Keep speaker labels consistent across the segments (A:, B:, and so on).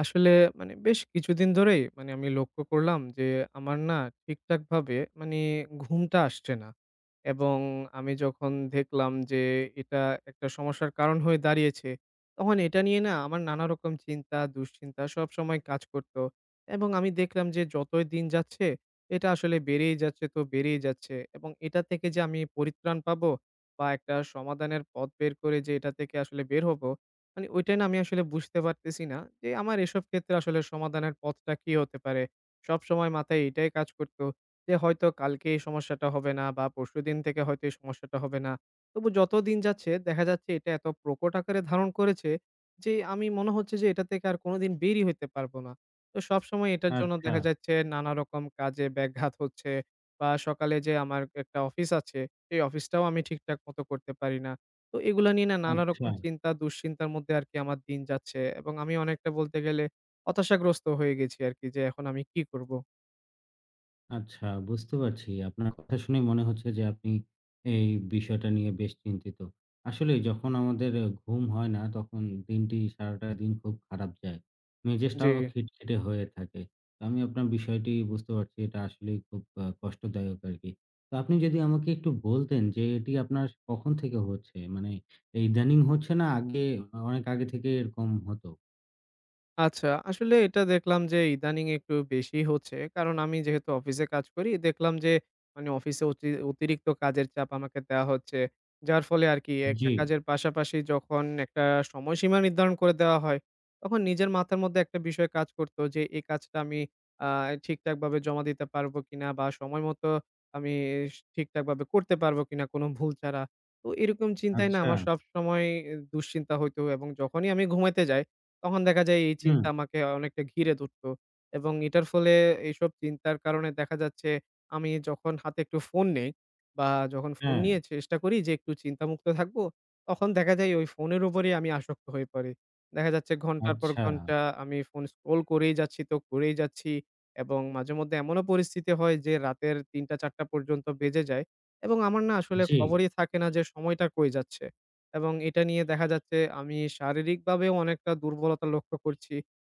A: আসলে মানে বেশ কিছুদিন ধরেই মানে আমি লক্ষ্য করলাম যে আমার না ঠিকঠাকভাবে মানে ঘুমটা আসছে না। এবং আমি যখন দেখলাম যে এটা একটা সমস্যার কারণ হয়ে দাঁড়িয়েছে, তখন এটা নিয়ে না আমার নানা রকম চিন্তা, দুশ্চিন্তা সবসময় কাজ করতো। এবং আমি দেখলাম যে যতই দিন যাচ্ছে এটা আসলে বেড়েই যাচ্ছে তো বেড়েই যাচ্ছে। এবং এটা থেকে যে আমি পরিত্রাণ পাবো বা একটা সমাধানের পথ বের করে যে এটা থেকে আসলে বের হব, মানে ওইটাই না আমি আসলে বুঝতে পারতেছি না যে আমার এসব ক্ষেত্রে আসলে সমাধানের পথটা কি হতে পারে। সবসময় মাথায় এটাই কাজ করত যে হয়তো কালকে এই সমস্যাটা হবে না বা পরশুদিন থেকে হয়তো এই সমস্যাটা হবে না। তবু যত দিন যাচ্ছে দেখা যাচ্ছে এটা এত প্রকট আকারে ধারণ করেছে যে আমি মনে হচ্ছে যে এটা থেকে আর কোনোদিন বেরই হইতে পারবো না। তো সবসময় এটার জন্য
B: আচ্ছা,
A: দেখা যাচ্ছে নানা রকম কাজে ব্যাঘাত হচ্ছে বা সকালে যে আমার একটা অফিস আছে সেই অফিসটাও আমি ঠিকঠাক মতো করতে পারি না। তো এগুলা নিয়ে না নানা রকম
B: আচ্ছা,
A: চিন্তা, দুশ্চিন্তার মধ্যে আরকি আমার দিন যাচ্ছে এবং আমি অনেকটা বলতে গেলে হতাশাগ্রস্ত হয়ে গেছি আরকি যে এখন আমি কি করব?
B: আচ্ছা, বুঝতে পারছি। আপনার কথা শুনে মনে হচ্ছে যে আপনি এই বিষয়টা নিয়ে বেশ চিন্তিত। আসলেই যখন আমাদের ঘুম হয় না তখন দিনটি সারাটা দিন খুব খারাপ যায়।
A: জি।
B: মেজাজটাও খিটখিটে হয়ে থাকে। তো আমি আপনার বিষয়টি বুঝতে পারছি এটা আসলেই খুব কষ্টদায়ক আরকি। তো আপনি যদি আমাকে একটু বলতেন যে এটি আপনার কখন থেকে হচ্ছে? মানে এই ইদানিং হচ্ছে না আগে অনেক আগে থেকে এরকম হতো?
A: আচ্ছা, আসলে এটা দেখলাম যে ইদানিং একটু বেশিই হচ্ছে। কারণ আমি যেহেতু অফিসে কাজ করি, দেখলাম যে মানে অফিসে অতিরিক্ত কাজের চাপ আমাকে দেয়া হচ্ছে। যার ফলে আরকি একটা
B: জি,
A: কাজের পাশাপাশি যখন একটা সময়সীমা নির্ধারণ করে দেওয়া হয়, তখন নিজের মাথার মধ্যে একটা বিষয় কাজ করত যে এই কাজটা আমি আ ঠিকঠাকভাবে জমা দিতে পারবো কিনা বা সময় মতো আমি ঠিকঠাকভাবে করতে পারবো কিনা কোনো ভুল ছাড়া। তো এরকম চিন্তায় না
B: আচ্ছা,
A: আমার সবসময় এ দুশ্চিন্তা হইতো এবং যখনই আমি ঘুমাইতে যাই তখন দেখা যায় এই
B: হুম,
A: চিন্তা আমাকে অনেকটা ঘিরে ধরতো। এবং এটার ফলে এইসব চিন্তার কারণে দেখা যাচ্ছে আমি যখন হাতে একটু ফোন নেই বা যখন ফোন
B: হ্যাঁ,
A: নিয়ে চেষ্টা করি যে একটু চিন্তামুক্ত থাকবো, তখন দেখা যায় ওই ফোনের উপরেই আমি আসক্ত হয়ে পড়ি। দেখা যাচ্ছে ঘন্টার পর
B: আচ্ছা।
A: ঘন্টা আমি ফোন স্ক্রল করেই যাচ্ছি তো করেই যাচ্ছি। এবং মাঝেমধ্যে এমনও পরিস্থিতি হয় যে রাতের ৩ঃ০০ ৪ঃ০০ পর্যন্ত বেজে যায় এবং আমার না আসলে
B: জি,
A: খবরই থাকে না যে সময়টা কই যাচ্ছে। এবং এটা নিয়ে দেখা যাচ্ছে আমি শারীরিকভাবেও অনেকটা দুর্বলতা লক্ষ্য করছি।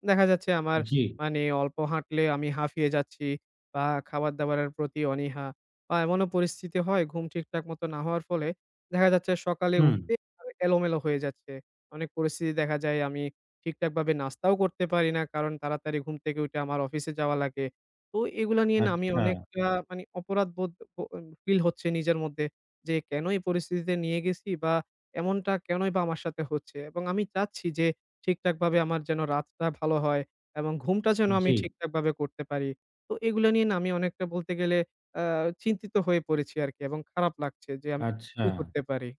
A: দেখা যাচ্ছে আমার
B: জি।
A: মানে অল্প হাঁটলে আমি হাঁফিয়ে যাচ্ছি বা খাবার-দাবারের প্রতি অনীহা বা এমনও পরিস্থিতি হয় ঘুম ঠিকঠাক মতো না হওয়ার ফলে দেখা যাচ্ছে সকালে
B: হুম,
A: উঠতেই আমি এলোমেলো হয়ে যাচ্ছে। অনেক পরিস্থিতি দেখা যায় আমি ঠিকঠাকভাবে নাস্তাও করতে পারি না। কারণ তাড়াতাড়ি ঘুম থেকে উঠে আমার অফিসে যাওয়া লাগে। তো এগুলা নিয়ে না আমি
B: আচ্ছা।
A: অনেকটা মানে অপরাধবোধ ব ফিল হচ্ছে নিজের মধ্যে যে কেন এই পরিস্থিতিতে নিয়ে গেছি বা এমনটা কেনই বা আমার সাথে হচ্ছে? এবং আমি চাচ্ছি যে ঠিকঠাকভাবে আমার যেন রাতটা ভালো হয় এবং ঘুমটা যেন আমি
B: জি,
A: ঠিকঠাকভাবে করতে পারি। তো এগুলো নিয়ে না আমি অনেকটা বলতে গেলে আ চিন্তিত হয়ে পড়েছি আরকি এবং খারাপ লাগছে যে আমি
B: আচ্ছা।
A: কি করতে পারি?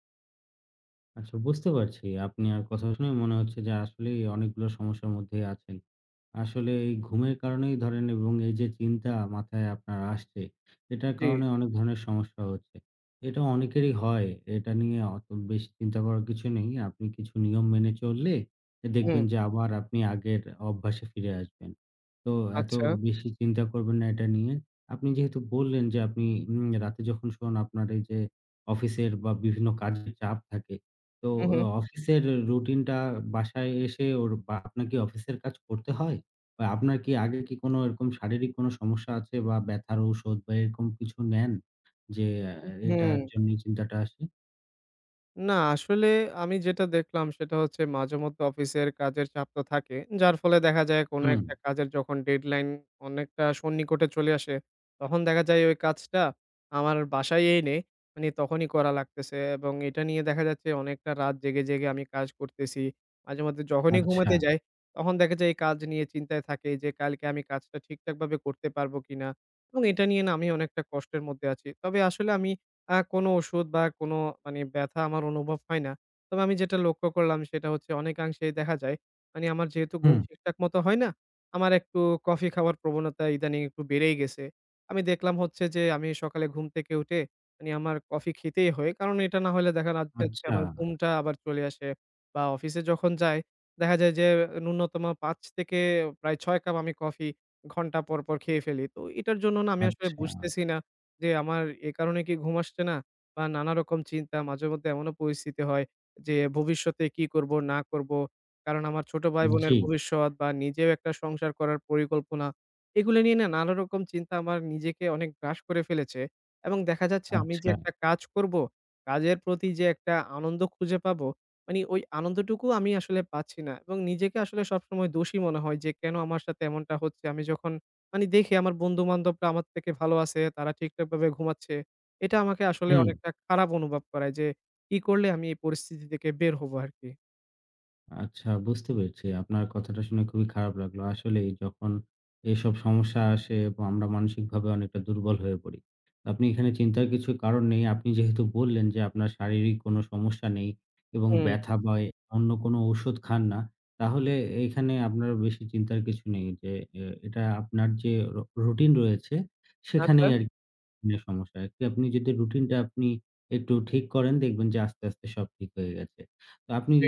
B: আচ্ছা, বুঝতে পারছি। আপনার কথা শুনে মনে হচ্ছে যে আসলেই অনেকগুলো সমস্যার মধ্যেই আছেন। আসলে এই ঘুমের কারণেই ধরেন এবং এই যে চিন্তা মাথায় আপনার আসছে, এটার
A: জি।
B: কারণে অনেক ধরনের সমস্যা হচ্ছে। এটা অনেকেরই হয়। এটা নিয়ে অত বেশি চিন্তা করার কিছু নেই। আপনি কিছু নিয়ম মেনে চললে
A: হুম।
B: দেখবেন যে আবার আপনি আগের অভ্যাসে ফিরে আসবেন। তো এত
A: আচ্ছা।
B: বেশি চিন্তা করবেন না এটা নিয়ে। আপনি যেহেতু বললেন যে আপনি রাতে যখন শোন আপনার এই যে অফিসের বা বিভিন্ন কাজের চাপ থাকে, তো
A: হু, হু।
B: অফিসের রুটিনটা বাসায় এসে ওর বা আপনার কি অফিসের কাজ করতে হয়? বা আপনার কি আগে কি কোনো এরকম শারীরিক কোনো সমস্যা আছে বা ব্যথার ঔষধ বা এরকম কিছু নেন? যে আ
A: হুম।
B: এটার জন্যই চিন্তাটা আসে?
A: না, আসলে আমি যেটা দেখলাম সেটা হচ্ছে মাঝেমধ্যে অফিসের কাজের চাপ তো থাকে। যার ফলে দেখা যায় কোনো
B: হুম,
A: একটা কাজের যখন ডেডলাইন অনেকটা সন্নিকটে চলে আসে, তখন দেখা যায় ওই কাজটা আমার বাসায় এনে মানে তখনই করা লাগতেছে এবং এটা নিয়ে দেখা যাচ্ছে অনেকটা রাত জেগে, জেগে আমি কাজ করতেছি। মাঝেমধ্যে যখনই
B: আচ্ছা,
A: ঘুমাতে যাই, তখন দেখা যায় এই কাজ নিয়ে চিন্তায় থাকি যে কালকে আমি কাজটা ঠিকঠাকভাবে করতে পারবো কিনা এবং এটা নিয়ে না আমি অনেকটা কষ্টের মধ্যে আছি। তবে আসলে আমি কোনো ওষুধ বা কোনো মানে ব্যথা আমার অনুভব হয় না। তবে আমি যেটা লক্ষ্য করলাম সেটা হচ্ছে অনেকাংশেই দেখা যায় মানে আমার যেহেতু ঘুম
B: হুম,
A: ঠিকঠাক মতো হয় না, আমার একটু কফি খাওয়ার প্রবণতা ইদানিং একটু বেড়েই গেছে। আমি দেখলাম হচ্ছে যে আমি সকালে ঘুম থেকে উঠে মানে আমার কফি খেতেই হয়। কারণ এটা না হলে দেখা রাত যাচ্ছে যে
B: আচ্ছা,
A: আমার ঘুমটা আবার চলে আসে বা অফিসে যখন যাই দেখা যায় যে ন্যূনতম ৫ থেকে প্রায় ৬ কাপ আমি কফি ঘন্টা পরপর খেয়ে ফেলি। তো এটার জন্য না আমি আসলে
B: আচ্ছা,
A: বুঝতেছি না যে আমার এ কারণে কি ঘুম আসছে না? বা নানা রকম চিন্তা মাঝেমধ্যে এমনও পরিস্থিতি হয় যে ভবিষ্যতে কি করব না করব। কারণ আমার ছোট জি। ভাই-বোনের
B: জি,
A: ভবিষ্যৎ বা নিজেও একটা সংসার করার পরিকল্পনা। এগুলো নিয়ে না নানা রকম চিন্তা আমার নিজেকে অনেক গ্রাস করে ফেলেছে এবং দেখা যাচ্ছে আমি যে
B: আচ্ছা,
A: একটা কাজ করব, কাজের প্রতি যে একটা আনন্দ খুঁজে পাবো, মানে ওই আনন্দটুকু আমি আসলে পাচ্ছি না এবং নিজেকে আসলে সবসময় দোষী মনে হয় যে কেন আমার সাথে এমনটা হচ্ছে? আমি যখন মানে দেখি আমার বন্ধু-বান্ধবরা আমার থেকে ভালো আছে, তারা ঠিকঠাকভাবে ঘুমাচ্ছে। এটা আমাকে আসলে
B: হুম।
A: অনেকটা খারাপ অনুভব করায় যে, কি করলে আমি এই পরিস্থিতি থেকে বের হবো আরকি।
B: আচ্ছা, বুঝতে পেরেছি। আপনার কথাটা শুনে খুবই খারাপ লাগলো। আসলেই যখন এসব সমস্যা আসে এবং আমরা মানসিকভাবে অনেকটা দুর্বল হয়ে পড়ি। আপনি এখানে চিন্তার কিছু কারণ নেই। আপনি যেহেতু বললেন যে আপনার শারীরিক কোনো সমস্যা নেই এবং
A: হুম,
B: ব্যথা বা অন্য কোনো ঔষুধ খান না। তাহলে এখানে আপনার বেশি চিন্তার কিছু নেই যে এটা আপনার যে রুটিন রয়েছে,
A: আচ্ছা,
B: সেখানেই আরকি আপনার সমস্যা। একটু আপনি যদি রুটিনটা আপনি একটু ঠিক করেন দেখবেন যে আস্তে, আস্তে সব ঠিক হয়ে গেছে। তো আপনি,
A: জি।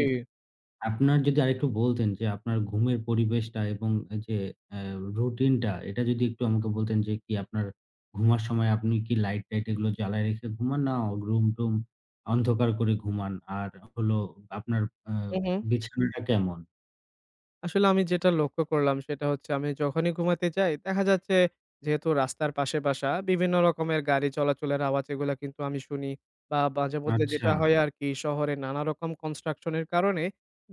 B: আপনার যদি আরেকটু বলতেন যে আপনার ঘুমের পরিবেশটা এবং এই যে অ্যা রুটিনটা এটা যদি একটু আমাকে বলতেন যে কি আপনার ঘুমার সময় আপনি কি লাইট-টাইট এগুলো জ্বালায় রেখে ঘুমান, না রুম-টুম অন্ধকার করে ঘুমান? আর হলো আপনার আ
A: হু, হু।
B: বিছানাটা কেমন?
A: আসলে আমি যেটা লক্ষ্য করলাম সেটা হচ্ছে আমি যখনই ঘুমাতে যাই দেখা যাচ্ছে যেহেতু রাস্তার পাশে বাসা বিভিন্ন রকমের গাড়ি চলাচলের আওয়াজ এগুলো কিন্তু আমি শুনি বা মাঝে মধ্যে যেটা
B: আচ্ছা,
A: হয় আর কি শহরে নানা রকম কনস্ট্রাকশনের কারণে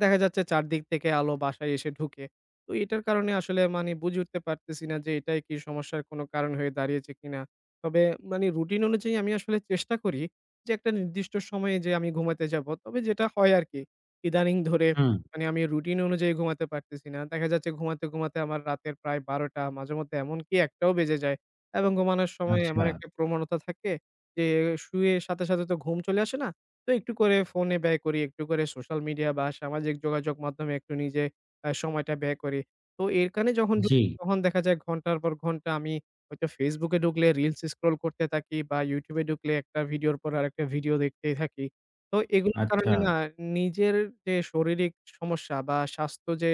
A: দেখা যাচ্ছে চারদিক থেকে আলো বাসায় এসে ঢুকে। তো এটার কারণে আসলে মানে বুঝে উঠতে পারতেছি না যে এটাই কি সমস্যার কোনো কারণ হয়ে দাঁড়িয়েছে কিনা। তবে মানে রুটিন অনুযায়ী আমি আসলে চেষ্টা করি যে একটা নির্দিষ্ট সময়ে যে আমি ঘুমাতে যাব, তবে যেটা হয় আর কি ইদানিং ধরে
B: হুম,
A: মানে আমি রুটিন অনুযায়ী ঘুমাতে পারতেছি না। দেখা যাচ্ছে ঘুমাতে, ঘুমাতে আমার রাতের প্রায় ১২টা মাঝেমধ্যে এমনকি ১টাও বেজে যায়। এবং ঘুমানোর সময় এমন
B: আচ্ছা,
A: একটা প্রবণতা থাকে যে শুয়ে সাথে, সাথে তো ঘুম চলে আসে না। তো একটু করে ফোনে ব্যয় করি, একটু করে সোশ্যাল মিডিয়া বা সামাজিক যোগাযোগ মাধ্যমে একটু নিজে সময়টা ব্যয় করি। তো এর কানে যখন
B: জি,
A: ঢুকি তখন দেখা যায় ঘন্টার পর ঘন্টা আমি হয়তো Facebook এ ঢুকলে রিলস স্ক্রল করতে থাকি বা YouTube এ ঢুকলে একটা ভিডিওর পর আরেকটা ভিডিও দেখতেই থাকি। তো এগুলোর
B: আচ্ছা,
A: কারণে না নিজের যে শারীরিক সমস্যা বা স্বাস্থ্য যে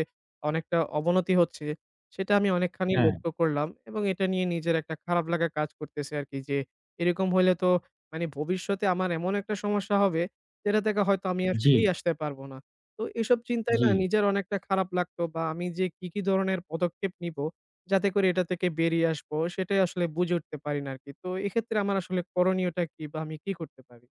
A: অনেকটা অবনতি হচ্ছে, সেটা আমি অনেকখানি
B: হ্যাঁ,
A: লক্ষ্য করলাম এবং এটা নিয়ে নিজের একটা খারাপ লাগা কাজ করতেছে আরকি যে, এরকম হইলে তো মানে ভবিষ্যতে আমার এমন একটা সমস্যা হবে, যেটা থেকে হয়তো আমি আর
B: জি,
A: ফিরেই আসতে পারব না। তো এসব চিন্তায়
B: জি।
A: না নিজের অনেকটা খারাপ লাগতো বা আমি যে কি, কি ধরনের পদক্ষেপ নিবো, যাতে করে এটা থেকে বেরিয়ে আসবো, সেটাই আসলে বুঝে উঠতে পারি না আরকি। তো এক্ষেত্রে আমার আসলে করণীয়টা কি বা আমি কি করতে পারি?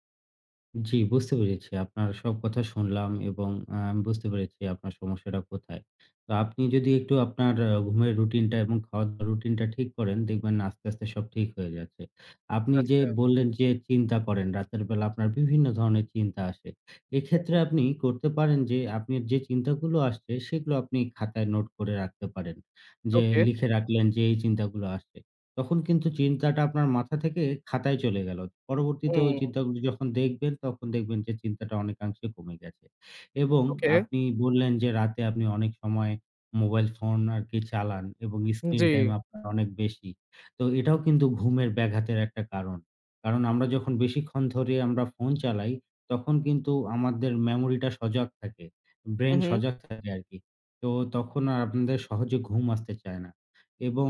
B: জি, বুঝতে পেরেছি। আপনার সব কথা শুনলাম এবং আমি বুঝতে পেরেছি আপনার সমস্যাটা কোথায়। তো আপনি যদি একটু আপনার ঘুমের রুটিনটা এবং খাওয়া-দাওয়ার রুটিনটা ঠিক করেন, দেখবেন আস্তে, আস্তে সব ঠিক হয়ে যাচ্ছে। আপনি যে
A: আচ্ছা।
B: বললেন যে চিন্তা করেন, রাতের বেলা আপনার বিভিন্ন ধরনের চিন্তা আসে। এক্ষেত্রে আপনি করতে পারেন যে আপনার যে চিন্তাগুলো আসছে, সেগুলো আপনি খাতায় নোট করে রাখতে পারেন। যে
A: ওকে।
B: লিখে রাখলেন যে এই চিন্তাগুলো আসছে। তখন কিন্তু চিন্তাটা আপনার মাথা থেকে খাতায় চলে গেল। পরবর্তীতে ওই
A: হুম,
B: চিন্তাগুলো যখন দেখবেন, তখন দেখবেন যে চিন্তাটা অনেকাংশে কমে গেছে। এবং
A: ওকে।
B: আপনি বললেন যে রাতে আপনি অনেক সময় মোবাইল ফোন আরকি চালান এবং স্ক্রিন
A: জি।
B: টাইম আপনার অনেক বেশি। তো এটাও কিন্তু ঘুমের ব্যাঘাতের একটা কারণ। কারণ আমরা যখন বেশিক্ষণ ধরে আমরা ফোন চালাই, তখন কিন্তু আমাদের মেমোরিটা সজাগ থাকে।
A: হু,
B: ব্রেইন
A: হু।
B: সজাগ থাকে আরকি। তো তখন আর আপনাদের সহজে ঘুম আসতে চায় না এবং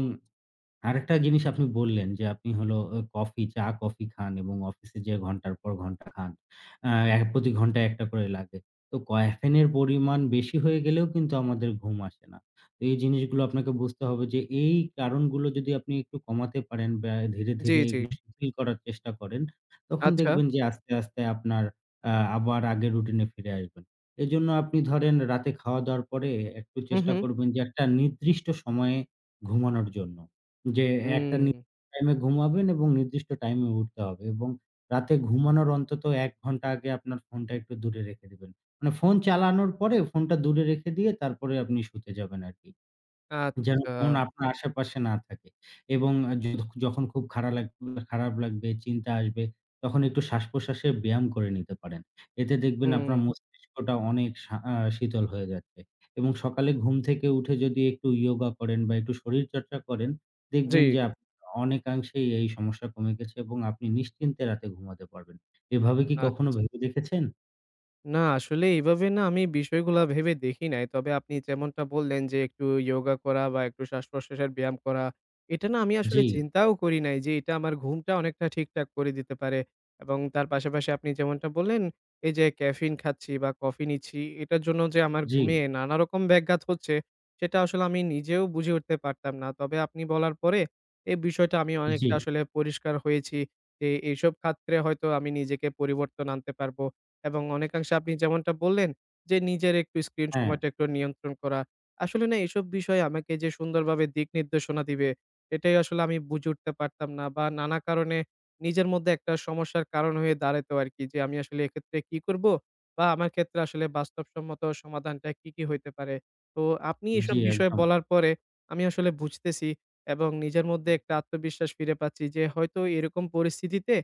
B: আরেকটা জিনিস আপনি বললেন যে, আপনি হলো কফি, চা-কফি খান এবং অফিসে যেয়ে ঘন্টার পর ঘন্টা খান। আ এ প্রতি ঘন্টায় ১ টা করে লাগে। তো ক্যাফেইনের পরিমাণ বেশি হয়ে গেলেও কিন্তু আমাদের ঘুম আসে না। তো এই জিনিসগুলো আপনাকে বুঝতে হবে যে, এই কারণগুলো যদি আপনি একটু কমাতে পারেন বা ধীরে,
A: জি,
B: ধীরে
A: জি।
B: এগুলো শিথিল করার চেষ্টা করেন, তখন
A: আচ্ছা।
B: দেখবেন যে আস্তে, আস্তে আপনার আ আবার আগের রুটিন এ ফিরে আসবেন। এজন্য আপনি ধরেন রাতে খাওয়া-দাওয়ার পরে একটু
A: হু,
B: চেষ্টা
A: হু।
B: করবেন যে, একটা নির্দিষ্ট সময়ে ঘুমানোর জন্য। যে
A: হুম।
B: একটা নির্দিষ্ট টাইমে ঘুমাবেন এবং নির্দিষ্ট টাইমে উঠতে হবে এবং রাতে ঘুমানোর অন্তত ১ ঘন্টা আগে আপনার ফোনটা একটু দূরে রেখে দিবেন। মানে ফোন চালানোর পরে ফোনটা দূরে রেখে দিয়ে তারপরে আপনি শুতে যাবেন আরকি। যেন
A: আচ্ছা।
B: ফোন আপনার আশেপাশে না থাকে এবং যদ যখন খুব খারাপ লাগবে, চিন্তা আসবে, তখন একটু শ্বাস-প্রশ্বাসের ব্যায়াম করে নিতে পারেন। এতে দেখবেন
A: হুম।
B: আপনার মস্তিষ্কটা অনেক সা আ শীতল হয়ে যাচ্ছে এবং সকালে ঘুম থেকে উঠে যদি একটু ইয়োগা করেন বা একটু শরীরচর্চা করেন,
A: জি।
B: দেখবেন যে আপনার অনেকাংশেই এই সমস্যা কমে গেছে এবং আপনি নিশ্চিন্তে রাতে ঘুমাতে পারবেন। এভাবে কি কখনো
A: আচ্ছা।
B: ভেবে দেখেছেন?
A: না আসলে এইভাবে না আমি বিষয়গুলা ভেবে দেখি নাই। তবে আপনি যেমনটা বললেন যে একটু ইয়োগা করা বা একটু শ্বাস-প্রশ্বাসের ব্যায়াম করা, এটা না আমি
B: জি,
A: আসলে চিন্তাও করি নাই যে এটা আমার ঘুমটা অনেকটা ঠিকঠাক করে দিতে পারে। এবং তার পাশাপাশি আপনি যেমনটা বললেন এই যে ক্যাফেইন খাচ্ছি বা কফি নিচ্ছি এটার জন্য যে আমার
B: জি,
A: ঘুমে নানা রকম ব্যাঘাত হচ্ছে, সেটা আসলে আমি নিজেও বুঝে উঠতে পারতাম না। তবে আপনি বলার পরে এই বিষয়টা আমি
B: জি।
A: অনেকটা আসলে পরিষ্কার হয়েছি যে এইসব ক্ষেত্রে হয়তো আমি নিজেকে পরিবর্তন আনতে পারব। এবং অনেকাংশে আপনি যেমনটা বললেন যে, নিজের একটু স্ক্রিন
B: হ্যাঁ,
A: সময়টা একটু নিয়ন্ত্রণ করা। আসলে না এসব বিষয়ে আমাকে যে সুন্দরভাবে দিক নির্দেশনা দিবে, এটাই আসলে আমি বুঝে উঠতে পারতাম না বা নানা কারণে নিজের মধ্যে একটা সমস্যার কারণ হয়ে দাঁড়াতো আরকি যে, আমি আসলে এক্ষেত্রে কি করব? বা আমার ক্ষেত্রে আসলে বাস্তবসম্মত সমাধানটা কি, কি হইতে পারে? তো আপনি এসব
B: জি,
A: বিষয়ে
B: একদম।
A: বলার পরে আমি আসলে বুঝতেছি এবং নিজের মধ্যে একটা আত্মবিশ্বাস ফিরে পাচ্ছি যে, হয়তো এরকম পরিস্থিতিতে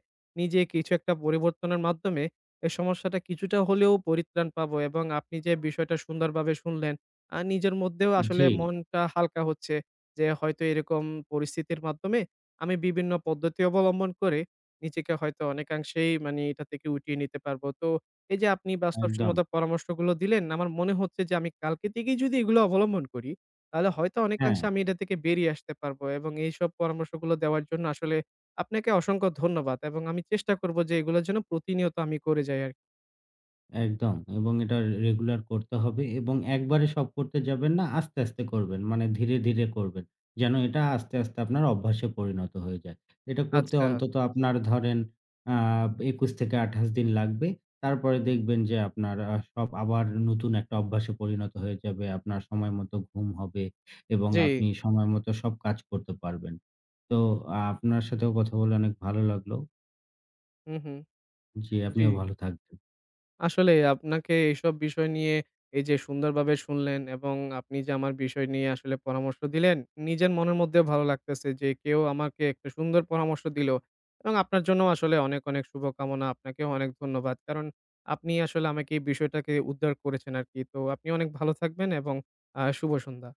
A: নিজে কিছু একটা পরিবর্তনের মাধ্যমে এ সমস্যাটা কিছুটা হলেও পরিত্রাণ পাবো এবং আপনি যে বিষয়টা সুন্দরভাবে শুনলেন, আ নিজের মধ্যেও আসলে
B: জি,
A: মনটা হালকা হচ্ছে যে হয়তো এরকম পরিস্থিতির মাধ্যমে আমি বিভিন্ন পদ্ধতি অবলম্বন করে নিজেকে হয়তো অনেকাংশেই মানে এটা থেকে উঠিয়ে নিতে পারবো। তো এই যে আপনি
B: একদম।
A: বাস্তবসম্মত পরামর্শগুলো দিলেন, আমার মনে হচ্ছে যে আমি কালকে থেকেই যদি এগুলো অবলম্বন করি, তাহলে হয়তো
B: হ্যাঁ।
A: অনেকাংশে আমি এটা থেকে বেরিয়ে আসতে পারবো এবং এইসব পরামর্শগুলো দেওয়ার জন্য আসলে আপনাকে অসংখ্য ধন্যবাদ এবং আমি চেষ্টা করব যে এগুলোর জন্য প্রতিনিয়ত আমি করে যাই আরকি।
B: একদম, এবং এটা রেগুলার করতে হবে এবং একবারে সব করতে যাবেন না, আস্তে, আস্তে করবেন। মানে ধীরে, ধীরে করবেন। যেন এটা আস্তে, আস্তে আপনার অভ্যাসে পরিণত হয়ে যায়। এটা করতে
A: আচ্ছা,
B: অন্তত আপনার ধরেন আ ২১-২৮ দিন লাগবে। তারপরে দেখবেন যে আপনার সব আবার নতুন একটা অভ্যাসে পরিণত হয়ে যাবে। আপনার সময়মতো ঘুম হবে এবং
A: জি,
B: আপনি সময়মতো সব কাজ করতে পারবেন। তো আপনার সাথেও কথা বলে অনেক ভালো লাগলো।
A: হু, হু,
B: জি,
A: জি।
B: আপনিও ভালো থাকবেন।
A: আসলে আপনাকে এইসব বিষয় নিয়ে এই যে সুন্দরভাবে শুনলেন এবং আপনি যে আমার বিষয় নিয়ে আসলে পরামর্শ দিলেন, নিজের মনের মধ্যেও ভালো লাগতেছে যে কেউ আমাকে একটা সুন্দর পরামর্শ দিলো এবং আপনার জন্য আসলে অনেক, অনেক শুভকামনা। আপনাকেও অনেক ধন্যবাদ। কারণ আপনি আসলে আমাকে এই বিষয়টাকে উদ্ধার করেছেন আরকি। তো আপনি অনেক ভালো থাকবেন এবং শুভ সন্ধ্যা।